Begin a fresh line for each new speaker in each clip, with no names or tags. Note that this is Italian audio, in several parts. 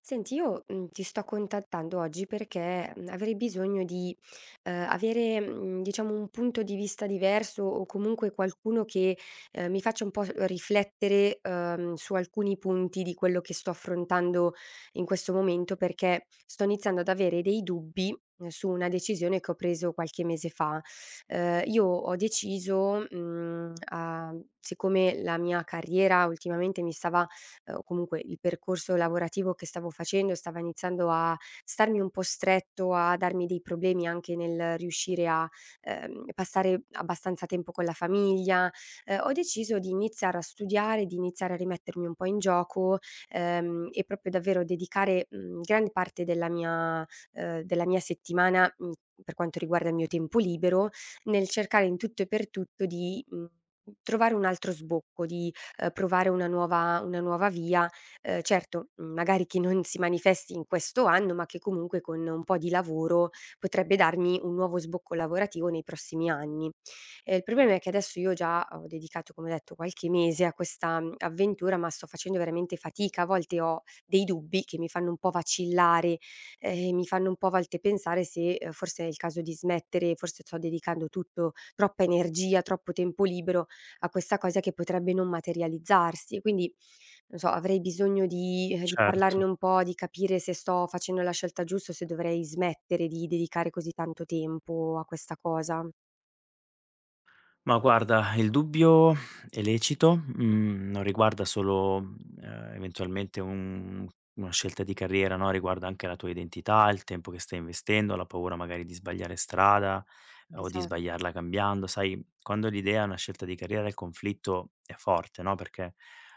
Senti, io, ti sto contattando oggi perché, avrei bisogno di, avere, diciamo un punto di vista diverso o comunque qualcuno che, mi faccia un po' riflettere, su alcuni punti di quello che sto affrontando in questo momento, perché sto iniziando ad avere dei dubbi, su una decisione che ho preso qualche mese fa. Io ho deciso, mhmm, a siccome la mia carriera ultimamente mi stava o comunque il percorso lavorativo che stavo facendo stava iniziando a starmi un po' stretto, a darmi dei problemi anche nel riuscire a, passare abbastanza tempo con la famiglia. Ho deciso di iniziare a studiare, di iniziare a rimettermi un po' in gioco, e proprio davvero dedicare, gran parte della mia settimana, per quanto riguarda il mio tempo libero, nel cercare in tutto e per tutto di, trovare un altro sbocco, di provare una nuova via, certo, magari che non si manifesti in questo anno, ma che comunque con un po' di lavoro potrebbe darmi un nuovo sbocco lavorativo nei prossimi anni. Il problema è che adesso io già ho dedicato, come ho detto, qualche mese a questa, avventura, ma sto facendo veramente fatica. A volte ho dei dubbi che mi fanno un po' vacillare, mi fanno un po' a volte pensare se, forse è il caso di smettere, forse sto dedicando tutto troppa energia, troppo tempo libero a questa cosa che potrebbe non materializzarsi. Quindi, non so, avrei bisogno di parlarne
Certo.
un po', di capire se sto facendo la scelta giusta o se dovrei smettere di dedicare così tanto tempo a questa cosa.
Ma guarda, il dubbio è lecito, non riguarda solo, eventualmente un una scelta di carriera, no, riguarda anche la tua identità, il tempo che stai investendo, la paura magari di sbagliare strada o di
Esa
sbagliarla cambiando. Sai, quando l'idea è una scelta di carriera, il conflitto è forte, no, perché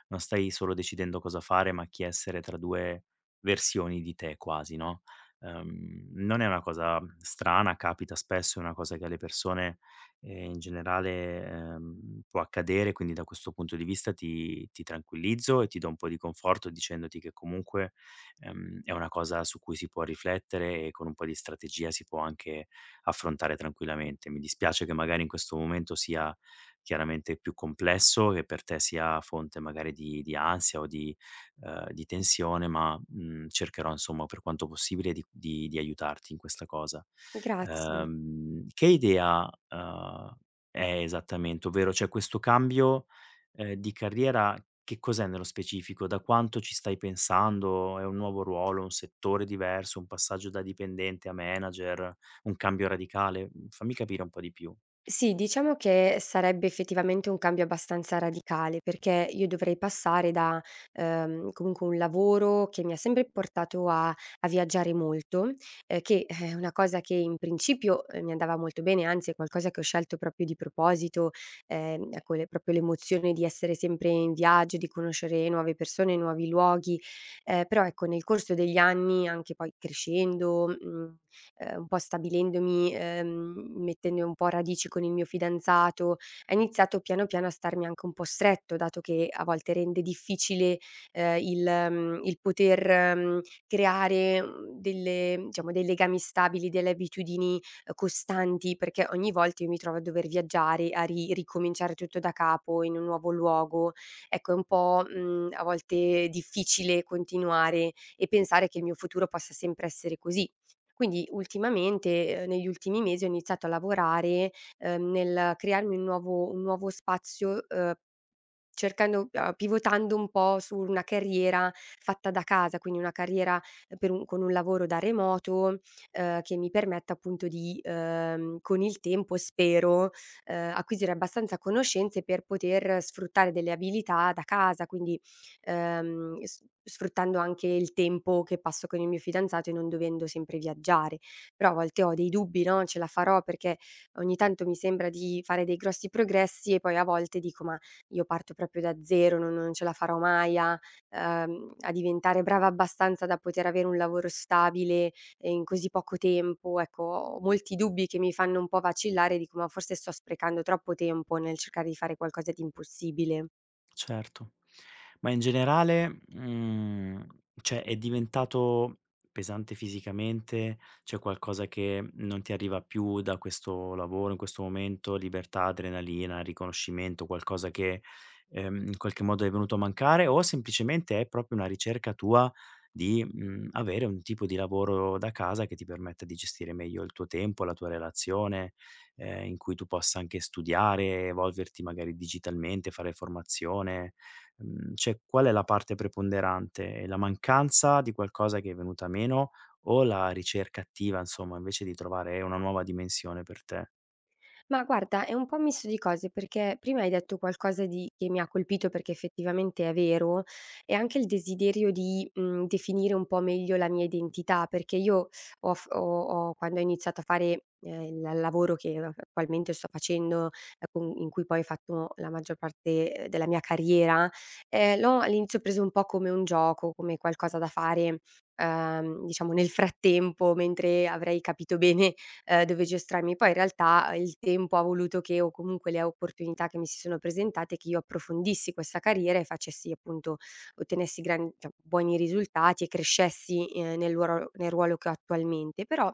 non stai solo decidendo cosa fare, ma chi essere tra 2 versioni di te quasi, no? Non è una cosa strana, capita spesso, è una cosa che alle persone e in generale, può accadere, quindi da questo punto di vista ti tranquillizzo e ti do un po' di conforto dicendoti che comunque, è una cosa su cui si può riflettere e con un po' di strategia si può anche affrontare tranquillamente. Mi dispiace che magari in questo momento sia chiaramente più complesso, che per te sia fonte magari di ansia o di tensione, ma, cercherò insomma per quanto possibile di aiutarti in questa cosa.
Grazie.
Che idea, è esattamente? Ovvero c'è questo cambio, di carriera, che cos'è nello specifico? Da quanto ci stai pensando? È un nuovo ruolo, un settore diverso, un passaggio da dipendente a manager, un cambio radicale? Mhmm, Fammi capire un po' di più.
Sì, diciamo che sarebbe effettivamente un cambio abbastanza radicale, perché io dovrei passare da, comunque un lavoro che mi ha sempre portato a viaggiare molto, che è una cosa che in principio, mi andava molto bene, anzi è qualcosa che ho scelto proprio di proposito, ecco le proprio l'emozione di essere sempre in viaggio, di conoscere nuove persone, nuovi luoghi, però ecco nel corso degli anni, anche poi crescendo, mhmm un po' stabilendomi, mettendo un po' radici con il mio fidanzato, ha iniziato piano piano a starmi anche un po' stretto, dato che a volte rende difficile, ehm, il il poter, creare, mhmm, delle diciamo dei legami stabili, delle abitudini, costanti, perché ogni volta io mi trovo a dover viaggiare, a ri ricominciare tutto da capo in un nuovo luogo. Ecco, è un po', a volte difficile continuare e pensare che il mio futuro possa sempre essere così. Quindi ultimamente, negli ultimi mesi ho iniziato a lavorare, nel crearmi un nuovo spazio, cercando pivotando un po' su una carriera fatta da casa, quindi una carriera per un con un lavoro da remoto, che mi permetta appunto di, con il tempo spero, acquisire abbastanza conoscenze per poter sfruttare delle abilità da casa, quindi, s sfruttando anche il tempo che passo con il mio fidanzato e non dovendo sempre viaggiare. Però a volte ho dei dubbi, no, ce la farò? Perché ogni tanto mi sembra di fare dei grossi progressi e poi a volte dico: "Ma io parto proprio da zero, non ce la farò mai a diventare brava abbastanza da poter avere un lavoro stabile, in così poco tempo." Ecco, ho molti dubbi che mi fanno un po' vacillare, dico: "Ma forse sto sprecando troppo tempo nel cercare di fare qualcosa di impossibile".
Certo. Ma in generale, cioè è diventato pesante fisicamente? C'è qualcosa che non ti arriva più da questo lavoro, in questo momento? Libertà, adrenalina, riconoscimento, qualcosa che, in qualche modo è venuto a mancare o semplicemente è proprio una ricerca tua di, avere un tipo di lavoro da casa che ti permetta di gestire meglio il tuo tempo, la tua relazione? In cui tu possa anche studiare, evolverti magari digitalmente, fare formazione. Cioè qual è la parte preponderante? È la mancanza di qualcosa che è venuta meno o la ricerca attiva, insomma, invece di trovare una nuova dimensione per te?
Ma guarda, è un po' un misto di cose, perché prima hai detto qualcosa di che mi ha colpito perché effettivamente è vero, e anche il desiderio di, definire un po' meglio la mia identità, perché io ho quando ho iniziato a fare, il lavoro che attualmente sto facendo, e con in cui poi ho fatto la maggior parte, della mia carriera, l'ho all'inizio preso un po' come un gioco, come qualcosa da fare, diciamo nel frattempo, mentre avrei capito bene dove giostrarmi. Poi in realtà il tempo ha voluto che o comunque le opportunità che mi si sono presentate, che io approfondissi questa carriera e facessi appunto ottenessi gran cioè buoni risultati e crescessi, nel ruolo che ho attualmente. Però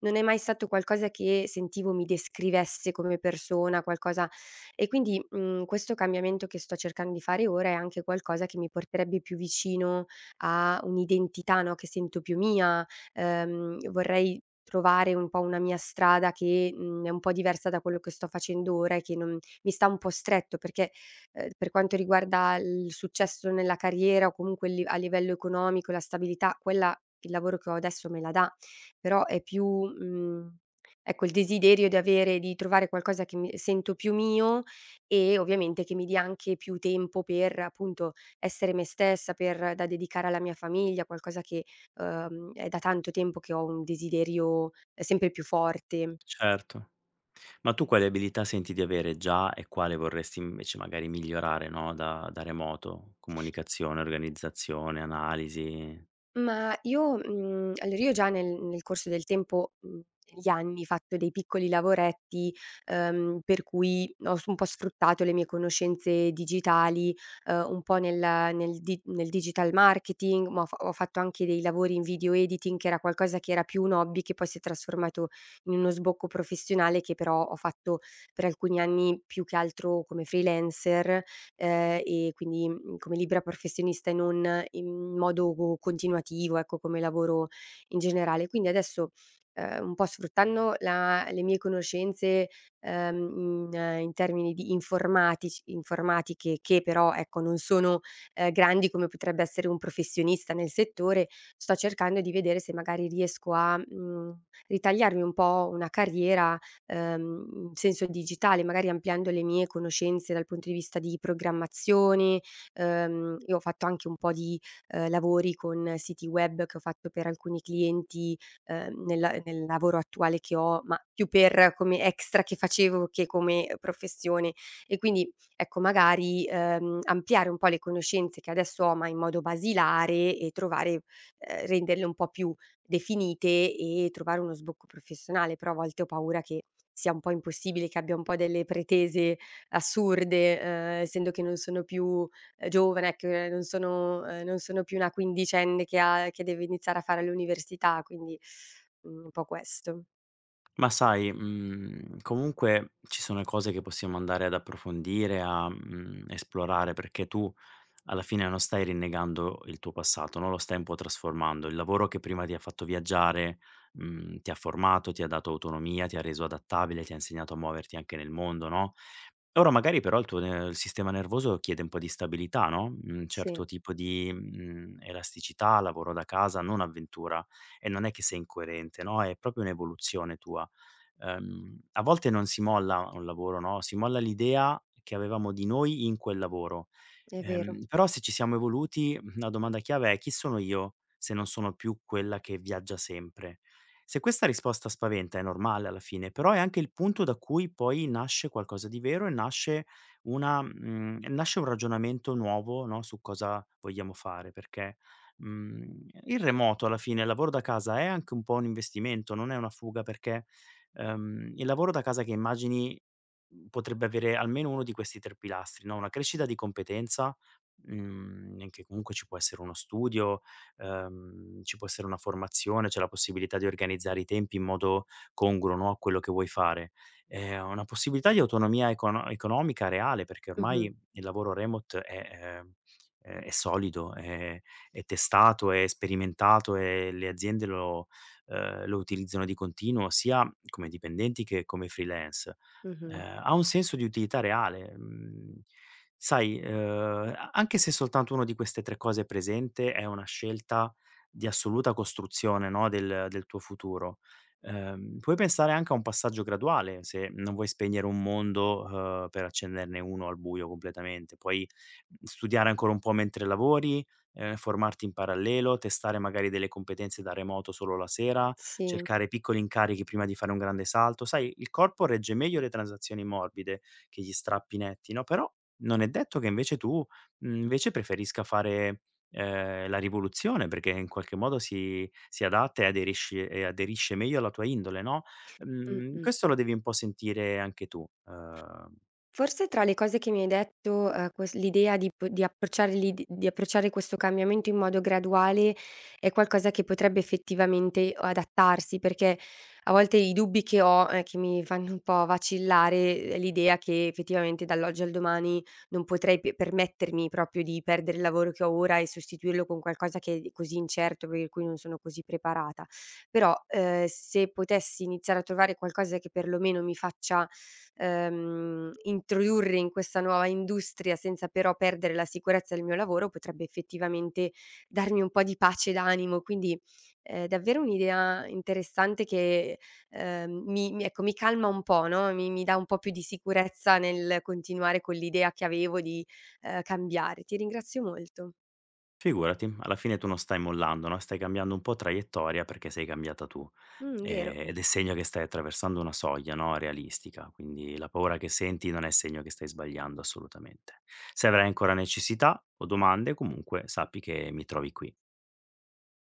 non è mai stato qualcosa che sentivo mi descrivesse come persona, qualcosa e quindi, questo cambiamento che sto cercando di fare ora è anche qualcosa che mi porterebbe più vicino a un'identità, no, che sento più mia. Vorrei trovare un po' una mia strada che, è un po' diversa da quello che sto facendo ora e che non mi sta un po' stretto perché, per quanto riguarda il successo nella carriera o comunque il a livello economico, la stabilità, quella il lavoro che ho adesso me la dà, però è più, ecco il desiderio di trovare qualcosa che mi sento più mio e ovviamente che mi dia anche più tempo per appunto essere me stessa, per da dedicare alla mia famiglia, qualcosa che è da tanto tempo che ho un desiderio sempre più forte.
Certo. Ma tu quali abilità senti di avere già e quale vorresti invece magari migliorare, no, da remoto? Comunicazione, organizzazione, analisi?
Allora io già nel corso del tempo, negli anni, fatto dei piccoli lavoretti, per cui ho s un po' sfruttato le mie conoscenze digitali, un po' nel digital marketing, ma ho fatto anche dei lavori in video editing, che era qualcosa che era più un hobby, che poi si è trasformato in uno sbocco professionale, che però ho fatto per alcuni anni più che altro come freelancer. E quindi, come libera professionista e non in modo co continuativo, ecco, come lavoro in generale. Quindi adesso, un po' sfruttando la le mie conoscenze, in termini di informatici informatiche che però, ecco, non sono, grandi come potrebbe essere un professionista nel settore, sto cercando di vedere se magari riesco a, ritagliarmi un po' una carriera in senso digitale, magari ampliando le mie conoscenze dal punto di vista di programmazione. Io ho fatto anche un po' di, lavori con siti web che ho fatto per alcuni clienti, ehm, nel nel lavoro attuale che ho, ma più per come extra che facevo che come professione. E quindi, ecco, magari, ampliare un po' le conoscenze che adesso ho, ma in modo basilare e trovare renderle un po' più definite e trovare uno sbocco professionale, però a volte ho paura che sia un po' impossibile, che abbia un po' delle pretese assurde, essendo che non sono più, giovane, ecco, non sono più una quindicenne che deve iniziare a fare l'università, quindi, un po' questo.
Ma sai, comunque ci sono cose che possiamo andare ad approfondire, a, esplorare, perché tu alla fine non stai rinnegando il tuo passato, no, lo stai un po' trasformando. Il lavoro che prima ti ha fatto viaggiare, ti ha formato, ti ha dato autonomia, ti ha reso adattabile, ti ha insegnato a muoverti anche nel mondo, no. Ora magari però il tuo ne il sistema nervoso chiede un po' di stabilità, no, un
Sì,
certo tipo di, elasticità, lavoro da casa, non avventura, e non è che sei incoerente, no, è proprio un'evoluzione tua. A volte non si molla un lavoro, no, si molla l'idea che avevamo di noi in quel lavoro.
è vero.
Però se ci siamo evoluti, la domanda chiave è: chi sono io se non sono più quella che viaggia sempre? Se questa risposta spaventa è normale alla fine, però è anche il punto da cui poi nasce qualcosa di vero e nasce una nasce un ragionamento nuovo, no, su cosa vogliamo fare, perché, il remoto alla fine, il lavoro da casa è anche un po' un investimento, non è una fuga perché, il lavoro da casa che immagini, potrebbe avere almeno uno di questi 3 pilastri, no, una crescita di competenza, che comunque ci può essere uno studio, ci può essere una formazione, c'è la possibilità di organizzare i tempi in modo congruo, no, a quello che vuoi fare. Una possibilità di autonomia economica reale, perché ormai
Mh-mh,
il lavoro remote ehm, è solido, è testato, è sperimentato e le aziende lo lo utilizzano di continuo sia come dipendenti che come freelance.
mh-mh.
Ha un senso di utilità reale. Mhmm sai, ehm, a anche se soltanto uno di queste 3 cose è presente è una scelta di assoluta costruzione, no, del tuo futuro. Puoi pensare anche a un passaggio graduale, se non vuoi spegnere un mondo, per accenderne uno al buio completamente. Puoi studiare ancora un po' mentre lavori, formarti in parallelo, testare magari delle competenze da remoto solo la sera,
Sì,
cercare piccoli incarichi prima di fare un grande salto. Sai, il corpo regge meglio le transazioni morbide che gli strappi netti, no, però non è detto che invece tu, invece preferisca fare, la rivoluzione perché in qualche modo si adatta e aderisci e aderisce meglio alla tua indole, no,
mh-mh.
questo lo devi un po' sentire anche tu.
Forse tra le cose che mi hai detto, ques l'idea di p di approcciare l'id di approcciare questo cambiamento in modo graduale è qualcosa che potrebbe effettivamente adattarsi, perché a volte i dubbi che ho, che mi fanno un po' vacillare è l'idea che effettivamente dall'oggi al domani non potrei p permettermi proprio di perdere il lavoro che ho ora e sostituirlo con qualcosa che è così incerto, per cui non sono così preparata. Però, se potessi iniziare a trovare qualcosa che perlomeno mi faccia introdurre in questa nuova industria senza però perdere la sicurezza del mio lavoro, potrebbe effettivamente darmi un po' di pace d'animo. Quindi è davvero un'idea interessante che, mi ecco, mi calma un po', no, mi dà un po' più di sicurezza nel continuare con l'idea che avevo di, cambiare. Ti ringrazio molto.
Figurati, alla fine tu non stai mollando, no, stai cambiando un po' traiettoria perché sei cambiata tu,
Vero.
ed è segno che stai attraversando una soglia, no, realistica, quindi la paura che senti non è segno che stai sbagliando assolutamente. Se avrai ancora necessità o domande comunque sappi che mi trovi qui.